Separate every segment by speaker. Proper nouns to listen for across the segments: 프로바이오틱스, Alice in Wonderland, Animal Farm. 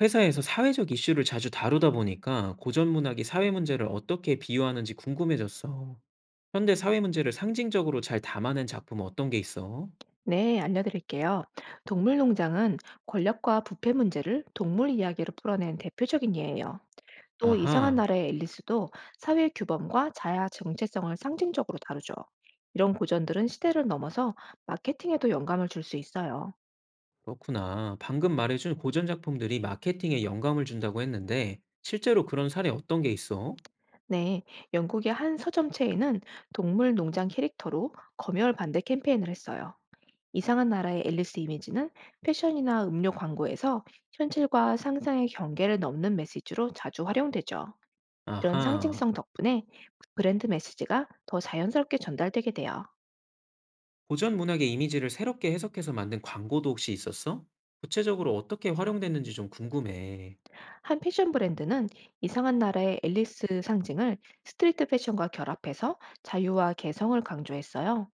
Speaker 1: 회사에서 사회적 이슈를 자주 다루다 보니까 고전 문학이 사회 문제를 어떻게 비유하는지 궁금해졌어. 현대 사회 문제를 상징적으로 잘 담아낸 작품은 어떤 게 있어?
Speaker 2: 네, 알려드릴게요. 동물농장은 권력과 부패 문제를 동물 이야기로 풀어낸 대표적인 예예요. 또 이상한
Speaker 1: 아하,
Speaker 2: 나라의 앨리스도 사회 규범과 자아 정체성을 상징적으로 다루죠. 이런 고전들은 시대를 넘어서 마케팅에도 영감을 줄 수 있어요.
Speaker 1: 그렇구나. 방금 말해준 고전 작품들이 마케팅에 영감을 준다고 했는데, 실제로 그런 사례 어떤 게 있어?
Speaker 2: 네, 영국의 한 서점체에는 동물 농장 캐릭터로 검열 반대 캠페인을 했어요. 이상한 나라의 앨리스 이미지는 패션이나 음료 광고에서 현실과 상상의 경계를 넘는 메시지로 자주 활용되죠. 이런
Speaker 1: 아하,
Speaker 2: 상징성 덕분에 브랜드 메시지가 더 자연스럽게 전달되게 돼요.
Speaker 1: 고전 문학의 이미지를 새롭게 해석해서 만든 광고도 혹시 있었어? 구체적으로 어떻게 활용됐는지 좀 궁금해.
Speaker 2: 한 패션 브랜드는 이상한 나라의 앨리스 상징을 스트리트 패션과 결합해서 자유와 개성을 강조했어요.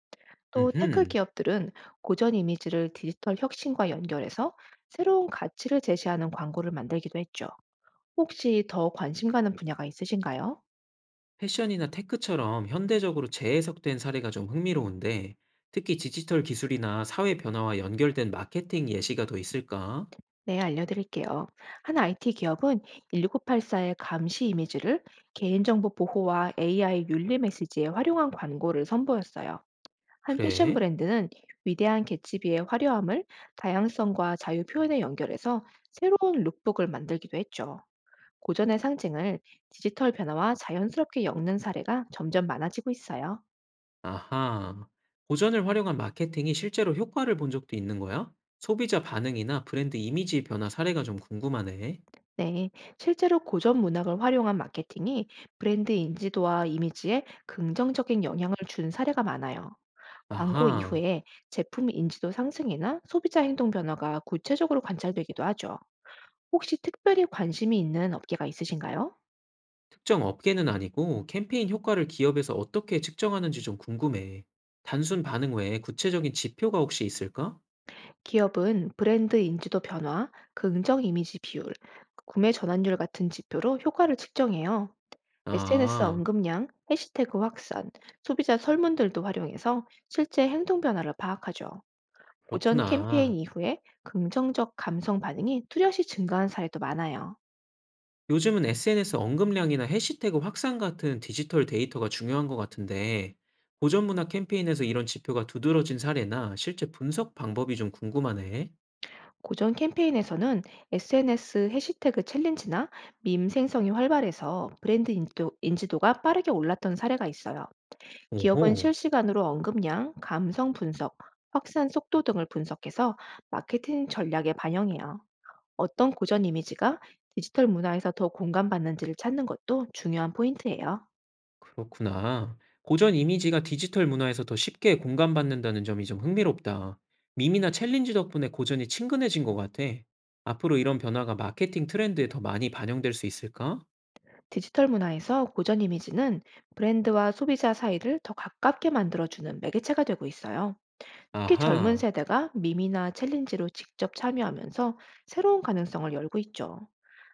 Speaker 2: 또 테크
Speaker 1: 음흠.
Speaker 2: 기업들은 고전 이미지를 디지털 혁신과 연결해서 새로운 가치를 제시하는 광고를 만들기도 했죠. 혹시 더 관심 가는 분야가 있으신가요?
Speaker 1: 패션이나 테크처럼 현대적으로 재해석된 사례가 좀 흥미로운데, 특히 디지털 기술이나 사회 변화와 연결된 마케팅 예시가 더 있을까?
Speaker 2: 네, 알려드릴게요. 한 IT 기업은 1984의 감시 이미지를 개인정보 보호와 AI 윤리 메시지에 활용한 광고를 선보였어요. 한 패션
Speaker 1: 그래?
Speaker 2: 브랜드는 위대한 개츠비의 화려함을 다양성과 자유 표현에 연결해서 새로운 룩북을 만들기도 했죠. 고전의 상징을 디지털 변화와 자연스럽게 엮는 사례가 점점 많아지고 있어요.
Speaker 1: 아하. 고전을 활용한 마케팅이 실제로 효과를 본 적도 있는 거야? 소비자 반응이나 브랜드 이미지 변화 사례가 좀 궁금하네.
Speaker 2: 네, 실제로 고전 문학을 활용한 마케팅이 브랜드 인지도와 이미지에 긍정적인 영향을 준 사례가 많아요. 광고
Speaker 1: 아하.
Speaker 2: 이후에 제품 인지도 상승이나 소비자 행동 변화가 구체적으로 관찰되기도 하죠. 혹시 특별히 관심이 있는 업계가 있으신가요?
Speaker 1: 특정 업계는 아니고 캠페인 효과를 기업에서 어떻게 측정하는지 좀 궁금해. 단순 반응 외에 구체적인 지표가 혹시 있을까?
Speaker 2: 기업은 브랜드 인지도 변화, 긍정 이미지 비율, 구매 전환율 같은 지표로 효과를 측정해요. SNS
Speaker 1: 아,
Speaker 2: 언급량, 해시태그 확산, 소비자 설문들도 활용해서 실제 행동 변화를 파악하죠. 고전 캠페인
Speaker 1: 그렇구나.
Speaker 2: 이후에 긍정적 감성 반응이 뚜렷이 증가한 사례도 많아요.
Speaker 1: 요즘은 SNS 언급량이나 해시태그 확산 같은 디지털 데이터가 중요한 것 같은데, 고전 문화 캠페인에서 이런 지표가 두드러진 사례나 실제 분석 방법이 좀 궁금하네.
Speaker 2: 고전 캠페인에서는 SNS 해시태그 챌린지나 밈 생성이 활발해서 브랜드 인지도가 빠르게 올랐던 사례가 있어요. 기업은
Speaker 1: 오호,
Speaker 2: 실시간으로 언급량, 감성 분석, 확산 속도 등을 분석해서 마케팅 전략에 반영해요. 어떤 고전 이미지가 디지털 문화에서 더 공감받는지를 찾는 것도 중요한 포인트예요.
Speaker 1: 그렇구나. 고전 이미지가 디지털 문화에서 더 쉽게 공감받는다는 점이 좀 흥미롭다. 밈이나 챌린지 덕분에 고전이 친근해진 것 같아. 앞으로 이런 변화가 마케팅 트렌드에 더 많이 반영될 수 있을까?
Speaker 2: 디지털 문화에서 고전 이미지는 브랜드와 소비자 사이를 더 가깝게 만들어주는 매개체가 되고 있어요. 특히 젊은
Speaker 1: 아하,
Speaker 2: 세대가 밈이나 챌린지로 직접 참여하면서 새로운 가능성을 열고 있죠.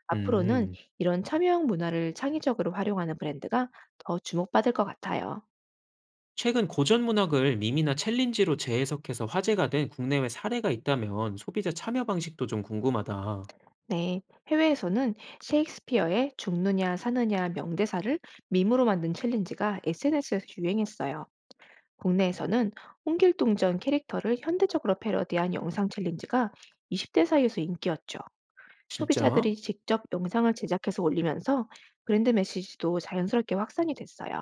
Speaker 2: 앞으로는
Speaker 1: 음.
Speaker 2: 이런 참여형 문화를 창의적으로 활용하는 브랜드가 더 주목받을 것 같아요.
Speaker 1: 최근 고전 문학을 밈이나 챌린지로 재해석해서 화제가 된 국내외 사례가 있다면 소비자 참여 방식도 좀 궁금하다.
Speaker 2: 네, 해외에서는 셰익스피어의 죽느냐 사느냐 명대사를 밈으로 만든 챌린지가 SNS에서 유행했어요. 국내에서는 홍길동전 캐릭터를 현대적으로 패러디한 영상 챌린지가 20대 사이에서 인기였죠.
Speaker 1: 진짜?
Speaker 2: 소비자들이 직접 영상을 제작해서 올리면서 브랜드 메시지도 자연스럽게 확산이 됐어요.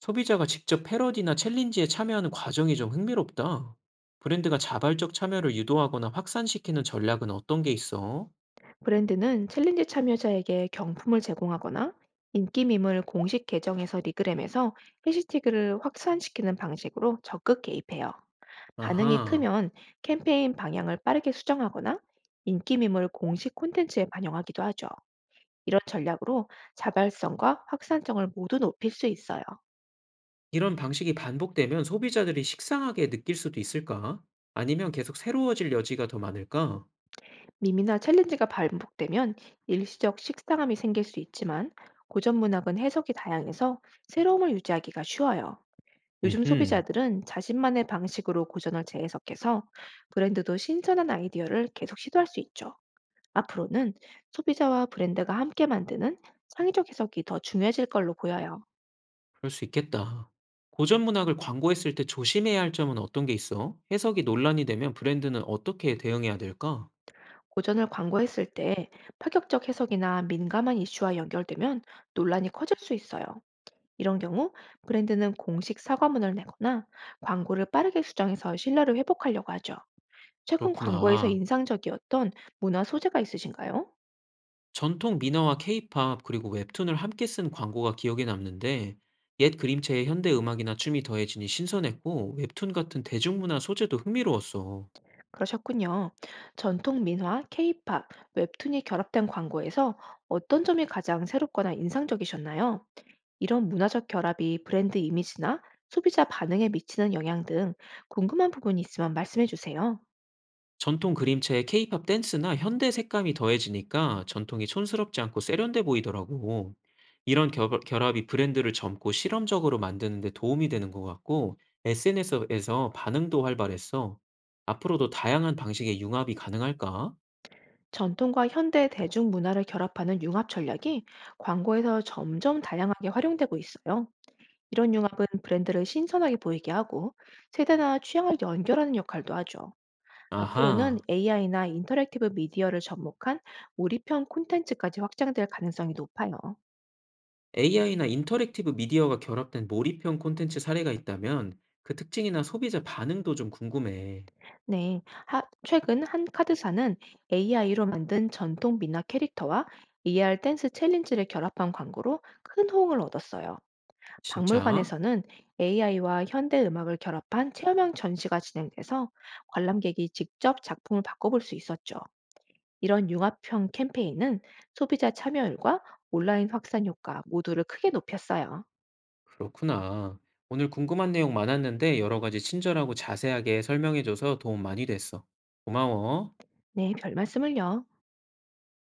Speaker 1: 소비자가 직접 패러디나 챌린지에 참여하는 과정이 좀 흥미롭다. 브랜드가 자발적 참여를 유도하거나 확산시키는 전략은 어떤 게 있어?
Speaker 2: 브랜드는 챌린지 참여자에게 경품을 제공하거나 인기 밈을 공식 계정에서 리그램에서 해시태그를 확산시키는 방식으로 적극 개입해요. 반응이
Speaker 1: 아하.
Speaker 2: 크면 캠페인 방향을 빠르게 수정하거나 인기 밈을 공식 콘텐츠에 반영하기도 하죠. 이런 전략으로 자발성과 확산성을 모두 높일 수 있어요.
Speaker 1: 이런 방식이 반복되면 소비자들이 식상하게 느낄 수도 있을까? 아니면 계속 새로워질 여지가 더 많을까?
Speaker 2: 밈이나 챌린지가 반복되면 일시적 식상함이 생길 수 있지만 고전 문학은 해석이 다양해서 새로움을 유지하기가 쉬워요. 요즘
Speaker 1: 음흠.
Speaker 2: 소비자들은 자신만의 방식으로 고전을 재해석해서 브랜드도 신선한 아이디어를 계속 시도할 수 있죠. 앞으로는 소비자와 브랜드가 함께 만드는 창의적 해석이 더 중요해질 걸로 보여요.
Speaker 1: 그럴 수 있겠다. 고전 문학을 광고했을 때 조심해야 할 점은 어떤 게 있어? 해석이 논란이 되면 브랜드는 어떻게 대응해야 될까?
Speaker 2: 고전을 광고했을 때 파격적 해석이나 민감한 이슈와 연결되면 논란이 커질 수 있어요. 이런 경우 브랜드는 공식 사과문을 내거나 광고를 빠르게 수정해서 신뢰를 회복하려고 하죠. 최근 광고에서
Speaker 1: 그렇구나.
Speaker 2: 인상적이었던 문화 소재가 있으신가요?
Speaker 1: 전통 민화와 케이팝 그리고 웹툰을 함께 쓴 광고가 기억에 남는데 옛 그림체에 현대 음악이나 춤이 더해지니 신선했고 웹툰 같은 대중문화 소재도 흥미로웠어.
Speaker 2: 그러셨군요. 전통 민화, 케이팝, 웹툰이 결합된 광고에서 어떤 점이 가장 새롭거나 인상적이셨나요? 이런 문화적 결합이 브랜드 이미지나 소비자 반응에 미치는 영향 등 궁금한 부분이 있으면 말씀해 주세요.
Speaker 1: 전통 그림체에 케이팝 댄스나 현대 색감이 더해지니까 전통이 촌스럽지 않고 세련돼 보이더라고. 이런 결합이 브랜드를 젊고 실험적으로 만드는 데 도움이 되는 것 같고 SNS에서 반응도 활발했어. 앞으로도 다양한 방식의 융합이 가능할까?
Speaker 2: 전통과 현대 대중 문화를 결합하는 융합 전략이 광고에서 점점 다양하게 활용되고 있어요. 이런 융합은 브랜드를 신선하게 보이게 하고 세대나 취향을 연결하는 역할도 하죠. 앞으로는
Speaker 1: 아하.
Speaker 2: AI나 인터랙티브 미디어를 접목한 몰입형 콘텐츠까지 확장될 가능성이 높아요.
Speaker 1: AI나 인터랙티브 미디어가 결합된 몰입형 콘텐츠 사례가 있다면 그 특징이나 소비자 반응도 좀 궁금해.
Speaker 2: 네, 최근 한 카드사는 AI로 만든 전통 미나 캐릭터와 AR 댄스 챌린지를 결합한 광고로 큰 호응을 얻었어요.
Speaker 1: 진짜?
Speaker 2: 박물관에서는 AI와 현대 음악을 결합한 체험형 전시가 진행돼서 관람객이 직접 작품을 바꿔볼 수 있었죠. 이런 융합형 캠페인은 소비자 참여율과 온라인 확산 효과 모두를 크게 높였어요.
Speaker 1: 그렇구나. 오늘 궁금한 내용 많았는데 여러 가지 친절하고 자세하게 설명해줘서 도움 많이 됐어. 고마워.
Speaker 2: 네, 별 말씀을요.